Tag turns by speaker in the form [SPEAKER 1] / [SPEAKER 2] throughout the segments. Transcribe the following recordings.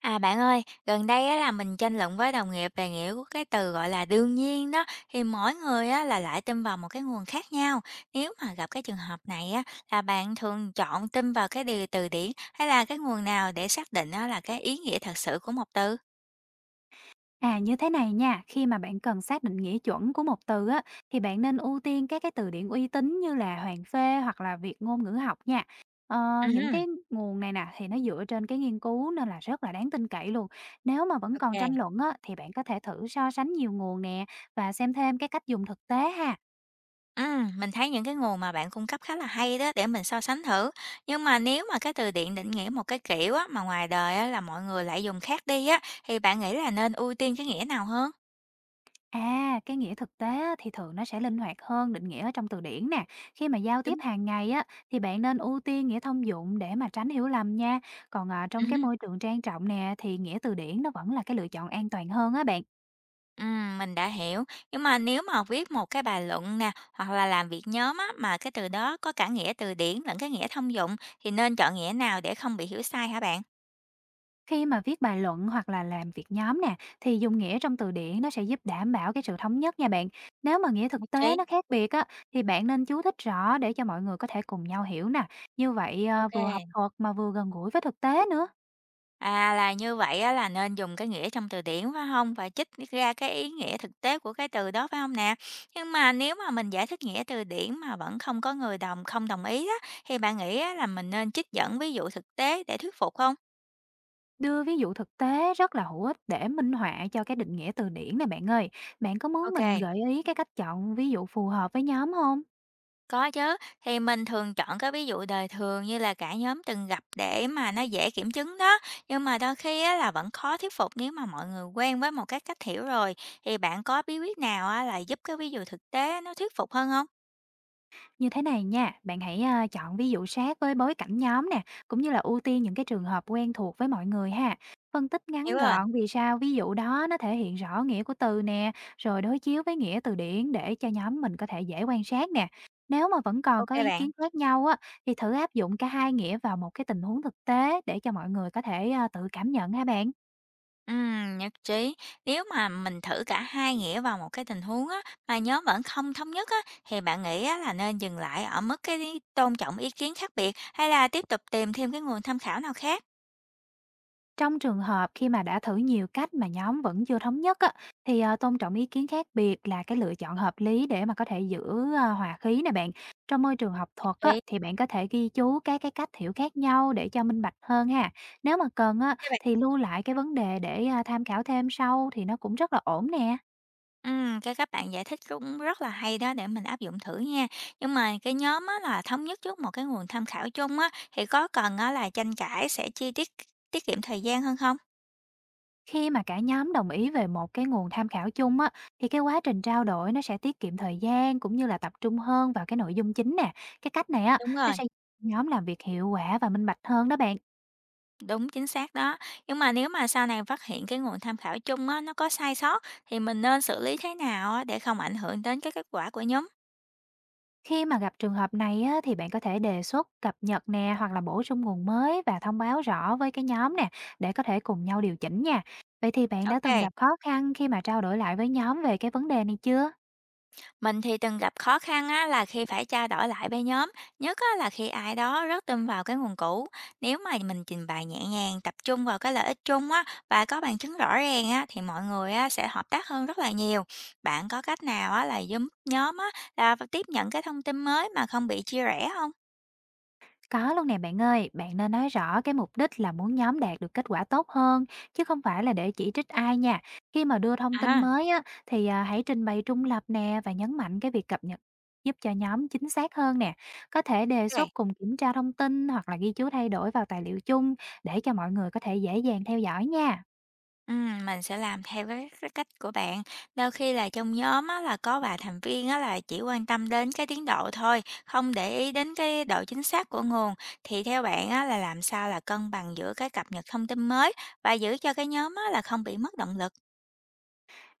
[SPEAKER 1] À bạn ơi, gần đây á là mình tranh luận với đồng nghiệp về nghĩa của cái từ gọi là đương nhiên đó, thì mỗi người á là lại tin vào một cái nguồn khác nhau. Nếu mà gặp cái trường hợp này á là bạn thường chọn tin vào cái điều từ điển hay là cái nguồn nào để xác định á là cái ý nghĩa thật sự của một từ?
[SPEAKER 2] À, như thế này nha, khi mà bạn cần xác định nghĩa chuẩn của một từ á, thì bạn nên ưu tiên các cái từ điển uy tín như là Hoàng Phê hoặc là Việt ngôn ngữ học nha.
[SPEAKER 1] Ừ,
[SPEAKER 2] Những cái nguồn này nè thì nó dựa trên cái nghiên cứu nên là rất là đáng tin cậy luôn. Nếu mà vẫn còn tranh
[SPEAKER 1] ok.
[SPEAKER 2] luận á, thì bạn có thể thử so sánh nhiều nguồn nè và xem thêm cái cách dùng thực tế ha.
[SPEAKER 1] Ừ, mình thấy những cái nguồn mà bạn cung cấp khá là hay đó để mình so sánh thử. Nhưng mà nếu mà cái từ điển định nghĩa một cái kiểu á mà ngoài đời á là mọi người lại dùng khác đi á, thì bạn nghĩ là nên ưu tiên cái nghĩa nào hơn?
[SPEAKER 2] À, cái nghĩa thực tế á, thì thường nó sẽ linh hoạt hơn định nghĩa ở trong từ điển nè. Khi mà giao tiếp hàng ngày á, thì bạn nên ưu tiên nghĩa thông dụng để mà tránh hiểu lầm nha. Còn à, trong
[SPEAKER 1] Đúng.
[SPEAKER 2] cái môi trường trang trọng nè, thì nghĩa từ điển nó vẫn là cái lựa chọn an toàn hơn á bạn.
[SPEAKER 1] Mình đã hiểu. Nhưng mà nếu mà viết một cái bài luận nè, hoặc là làm việc nhóm á, mà cái từ đó có cả nghĩa từ điển lẫn cái nghĩa thông dụng, thì nên chọn nghĩa nào để không bị hiểu sai hả bạn?
[SPEAKER 2] Khi mà viết bài luận hoặc là làm việc nhóm nè, thì dùng nghĩa trong từ điển nó sẽ giúp đảm bảo cái sự thống nhất nha bạn. Nếu mà nghĩa
[SPEAKER 1] Nhất
[SPEAKER 2] thực tế
[SPEAKER 1] trí.
[SPEAKER 2] nó khác biệt á, thì bạn nên chú thích rõ để cho mọi người có thể cùng nhau hiểu nè. Như vậy à, vừa học
[SPEAKER 1] Ok.
[SPEAKER 2] thuật mà vừa gần gũi với thực tế nữa.
[SPEAKER 1] À là như vậy á, là nên dùng cái nghĩa trong từ điển phải không? Và trích ra cái ý nghĩa thực tế của cái từ đó phải không nè? Nhưng mà nếu mà mình giải thích nghĩa từ điển mà vẫn không có người không đồng ý á, thì bạn nghĩ á, là mình nên trích dẫn ví dụ thực tế để thuyết phục không?
[SPEAKER 2] Đưa ví dụ thực tế rất là hữu ích để minh họa cho cái định nghĩa từ điển này bạn ơi. Bạn có muốn
[SPEAKER 1] Ok,
[SPEAKER 2] mình gợi ý cái cách chọn ví dụ phù hợp với nhóm không?
[SPEAKER 1] có chứ, thì mình thường chọn cái ví dụ đời thường như là cả nhóm từng gặp để mà nó dễ kiểm chứng đó. Nhưng mà đôi khi á, là vẫn khó thuyết phục nếu mà mọi người quen với một cái cách hiểu rồi. Thì bạn có bí quyết nào á, là giúp cái ví dụ thực tế nó thuyết phục hơn không?
[SPEAKER 2] Như thế này nha, bạn hãy, chọn ví dụ sát với bối cảnh nhóm nè, cũng như là ưu tiên những cái trường hợp quen thuộc với mọi người ha. Phân tích
[SPEAKER 1] Hiểu
[SPEAKER 2] ngắn
[SPEAKER 1] rồi,
[SPEAKER 2] gọn vì sao ví dụ đó nó thể hiện rõ nghĩa của từ nè, rồi đối chiếu với nghĩa từ điển để cho nhóm mình có thể dễ quan sát nè. Nếu mà vẫn còn
[SPEAKER 1] ok
[SPEAKER 2] có ý
[SPEAKER 1] bạn.
[SPEAKER 2] kiến khác nhau á, thì thử áp dụng cả hai nghĩa vào một cái tình huống thực tế để cho mọi người có thể, tự cảm nhận ha bạn.
[SPEAKER 1] Nhất trí. Nếu mà mình thử cả hai nghĩa vào một cái tình huống á, mà nhóm vẫn không thống nhất á, thì bạn nghĩ á, là nên dừng lại ở mức cái tôn trọng ý kiến khác biệt hay là tiếp tục tìm thêm cái nguồn tham khảo nào khác?
[SPEAKER 2] Trong trường hợp khi mà đã thử nhiều cách mà nhóm vẫn chưa thống nhất á, thì, tôn trọng ý kiến khác biệt là cái lựa chọn hợp lý để mà có thể giữ hòa khí nè bạn. Trong môi trường học
[SPEAKER 1] Nhất
[SPEAKER 2] thuật á,
[SPEAKER 1] trí.
[SPEAKER 2] thì bạn có thể ghi chú các cái cách hiểu khác nhau để cho minh bạch hơn ha. Nếu mà cần á,
[SPEAKER 1] Các bạn
[SPEAKER 2] thì lưu lại cái vấn đề để tham khảo thêm sau thì nó cũng rất là ổn nè.
[SPEAKER 1] Cái các bạn giải thích cũng rất là hay đó để mình áp dụng thử nha. Nhưng mà cái nhóm á là thống nhất trước một cái nguồn tham khảo chung á, thì có cần á là tranh cãi sẽ chi tiết tiết kiệm thời gian hơn không?
[SPEAKER 2] Khi mà cả nhóm đồng ý về một cái nguồn tham khảo chung á, thì cái quá trình trao đổi nó sẽ tiết kiệm thời gian cũng như là tập trung hơn vào cái nội dung chính nè. Cái cách này á,
[SPEAKER 1] Đúng
[SPEAKER 2] nó
[SPEAKER 1] rồi.
[SPEAKER 2] sẽ giúp nhóm làm việc hiệu quả và minh bạch hơn đó bạn.
[SPEAKER 1] Đúng chính xác đó. Nhưng mà nếu mà sau này phát hiện cái nguồn tham khảo chung á nó có sai sót, thì mình nên xử lý thế nào á để không ảnh hưởng đến cái kết quả của nhóm?
[SPEAKER 2] Khi mà gặp trường hợp này á, thì bạn có thể đề xuất cập nhật nè hoặc là bổ sung nguồn mới và thông báo rõ với cái nhóm nè để có thể cùng nhau điều chỉnh nha. Vậy thì bạn đã từng
[SPEAKER 1] Ok,
[SPEAKER 2] gặp khó khăn khi mà trao đổi lại với nhóm về cái vấn đề này chưa?
[SPEAKER 1] mình thì từng gặp khó khăn á, là khi phải trao đổi lại với nhóm, nhất á, là khi ai đó rất tin vào cái nguồn cũ. Nếu mà mình trình bày nhẹ nhàng, tập trung vào cái lợi ích chung á, và có bằng chứng rõ ràng á, thì mọi người á, sẽ hợp tác hơn rất là nhiều. Bạn có cách nào á, là giúp nhóm á, là tiếp nhận cái thông tin mới mà không bị chia rẽ không?
[SPEAKER 2] Có luôn nè bạn ơi, bạn nên nói rõ cái mục đích là muốn nhóm đạt được kết quả tốt hơn, chứ không phải là để chỉ trích ai nha. Khi mà đưa thông tin
[SPEAKER 1] À,
[SPEAKER 2] mới á, thì hãy trình bày trung lập nè và nhấn mạnh cái việc cập nhật giúp cho nhóm chính xác hơn nè. Có thể đề xuất
[SPEAKER 1] ok.
[SPEAKER 2] cùng kiểm tra thông tin hoặc là ghi chú thay đổi vào tài liệu chung để cho mọi người có thể dễ dàng theo dõi nha.
[SPEAKER 1] Mình sẽ làm theo cái cách của bạn. Đôi khi là trong nhóm á, là có vài thành viên á, là chỉ quan tâm đến cái tiến độ thôi, không để ý đến cái độ chính xác của nguồn. Thì theo bạn á, là làm sao là cân bằng giữa cái cập nhật thông tin mới và giữ cho cái nhóm á, là không bị mất động lực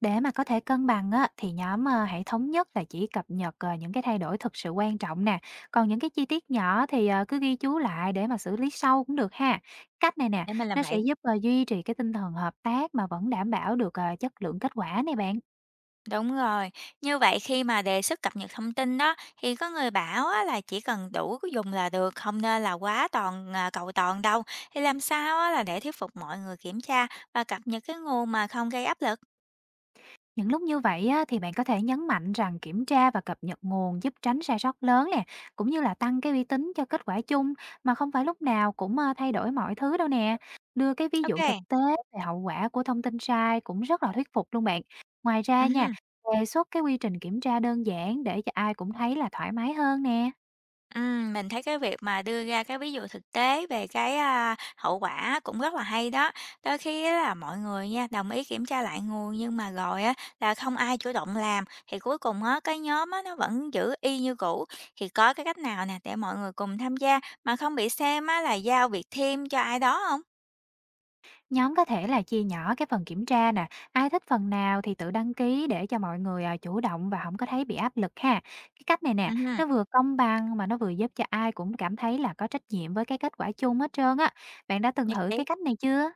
[SPEAKER 2] Để mà có thể cân bằng á, thì nhóm hãy thống nhất là chỉ cập nhật những cái thay đổi thực sự quan trọng nè. Còn những cái chi tiết nhỏ thì cứ ghi chú lại để mà xử lý sau cũng được ha. Cách này nè,
[SPEAKER 1] để mình làm
[SPEAKER 2] nó
[SPEAKER 1] vậy?
[SPEAKER 2] sẽ giúp duy trì cái tinh thần hợp tác mà vẫn đảm bảo được chất lượng kết quả này bạn.
[SPEAKER 1] Đúng rồi, như vậy khi mà đề xuất cập nhật thông tin đó, thì có người bảo á, là chỉ cần đủ dùng là được, không nên là quá cầu toàn đâu. Thì làm sao á, là để thuyết phục mọi người kiểm tra và cập nhật cái nguồn mà không gây áp lực?
[SPEAKER 2] Những lúc như vậy á, thì bạn có thể nhấn mạnh rằng kiểm tra và cập nhật nguồn giúp tránh sai sót lớn nè, cũng như là tăng cái uy tín cho kết quả chung mà không phải lúc nào cũng thay đổi mọi thứ đâu nè. Đưa cái ví dụ
[SPEAKER 1] Ok.
[SPEAKER 2] thực tế về hậu quả của thông tin sai cũng rất là thuyết phục luôn bạn. Ngoài ra nha, đề xuất cái quy trình kiểm tra đơn giản để cho ai cũng thấy là thoải mái hơn nè.
[SPEAKER 1] Mình thấy cái việc mà đưa ra cái ví dụ thực tế về cái hậu quả cũng rất là hay đó. Đôi khi á là mọi người nha, đồng ý kiểm tra lại nguồn nhưng mà rồi á là không ai chủ động làm, thì cuối cùng á, cái nhóm á nó vẫn giữ y như cũ. Thì có cái cách nào nè để mọi người cùng tham gia mà không bị xem á là giao việc thêm cho ai đó không?
[SPEAKER 2] Nhóm có thể là chia nhỏ cái phần kiểm tra nè, ai thích phần nào thì tự đăng ký để cho mọi người chủ động và không có thấy bị áp lực ha. Cái cách này nè,
[SPEAKER 1] Ừm,
[SPEAKER 2] nó vừa công bằng mà nó vừa giúp cho ai cũng cảm thấy là có trách nhiệm với cái kết quả chung hết trơn á. Bạn đã từng
[SPEAKER 1] nhất
[SPEAKER 2] thử cái
[SPEAKER 1] trí.
[SPEAKER 2] cách này chưa?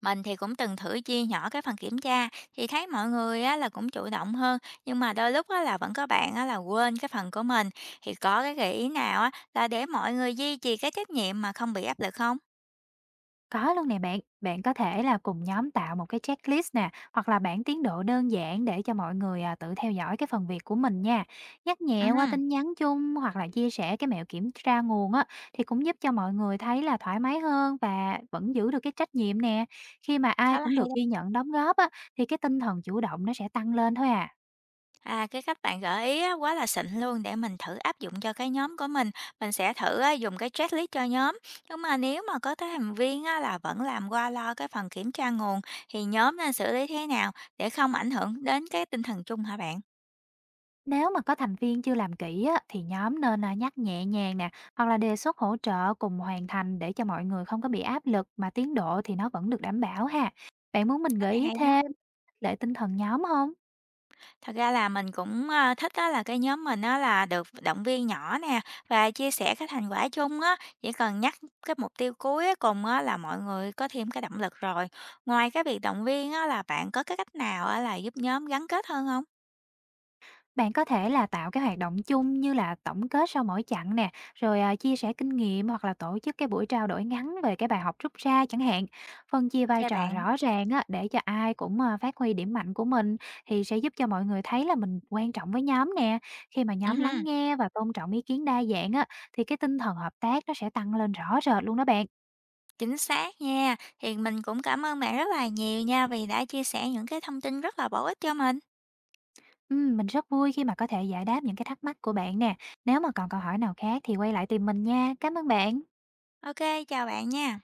[SPEAKER 1] Mình thì cũng từng thử chia nhỏ cái phần kiểm tra thì thấy mọi người á, là cũng chủ động hơn nhưng mà đôi lúc á, là vẫn có bạn á, là quên cái phần của mình, thì có cái gợi ý nào á, là để mọi người duy trì cái trách nhiệm mà không bị áp lực không?
[SPEAKER 2] Có luôn nè bạn, bạn có thể là cùng nhóm tạo một cái checklist nè, hoặc là bảng tiến độ đơn giản để cho mọi người tự theo dõi cái phần việc của mình nha. Nhắc
[SPEAKER 1] Ừ,
[SPEAKER 2] nhẹ qua tin nhắn chung hoặc là chia sẻ cái mẹo kiểm tra nguồn á thì cũng giúp cho mọi người thấy là thoải mái hơn và vẫn giữ được cái trách nhiệm nè. Khi mà ai
[SPEAKER 1] khá là
[SPEAKER 2] cũng
[SPEAKER 1] hay
[SPEAKER 2] được
[SPEAKER 1] đó.
[SPEAKER 2] ghi nhận đóng góp á thì cái tinh thần chủ động nó sẽ tăng lên thôi à.
[SPEAKER 1] À, cái cách bạn gợi ý á, quá là xịn luôn để mình thử áp dụng cho cái nhóm của mình. Mình sẽ thử á, dùng cái checklist cho nhóm. Nhưng mà nếu mà có thành viên á, là vẫn làm qua lo cái phần kiểm tra nguồn, thì nhóm nên xử lý thế nào để không ảnh hưởng đến cái tinh thần chung hả bạn?
[SPEAKER 2] Nếu mà có thành viên chưa làm kỹ á, thì nhóm nên nhắc nhẹ nhàng nè, hoặc là đề xuất hỗ trợ cùng hoàn thành để cho mọi người không có bị áp lực mà tiến độ thì nó vẫn được đảm bảo ha. Bạn muốn mình
[SPEAKER 1] Cách
[SPEAKER 2] gợi
[SPEAKER 1] này
[SPEAKER 2] ý
[SPEAKER 1] hay đó.
[SPEAKER 2] thêm để tinh thần nhóm không?
[SPEAKER 1] Thật ra là mình cũng thích á là cái nhóm mình á là được động viên nhỏ nè, và chia sẻ cái thành quả chung á, chỉ cần nhắc cái mục tiêu cuối cùng á là mọi người có thêm cái động lực rồi. Ngoài cái việc động viên á là bạn có cái cách nào á là giúp nhóm gắn kết hơn không?
[SPEAKER 2] Bạn có thể là tạo cái hoạt động chung như là tổng kết sau mỗi chặng nè, rồi, chia sẻ kinh nghiệm hoặc là tổ chức cái buổi trao đổi ngắn về cái bài học rút ra chẳng hạn. Phân chia vai
[SPEAKER 1] OK
[SPEAKER 2] trò
[SPEAKER 1] bạn.
[SPEAKER 2] rõ ràng á, để cho ai cũng phát huy điểm mạnh của mình thì sẽ giúp cho mọi người thấy là mình quan trọng với nhóm nè. Khi mà nhóm
[SPEAKER 1] Ừm,
[SPEAKER 2] lắng nghe và tôn trọng ý kiến đa dạng á, thì cái tinh thần hợp tác nó sẽ tăng lên rõ rệt luôn đó bạn.
[SPEAKER 1] chính xác nha. Thì mình cũng cảm ơn bạn rất là nhiều nha vì đã chia sẻ những cái thông tin rất là bổ ích cho mình.
[SPEAKER 2] Mình rất vui khi mà có thể giải đáp những cái thắc mắc của bạn nè. Nếu mà còn câu hỏi nào khác thì quay lại tìm mình nha. Cảm ơn bạn.
[SPEAKER 1] OK, chào bạn nha.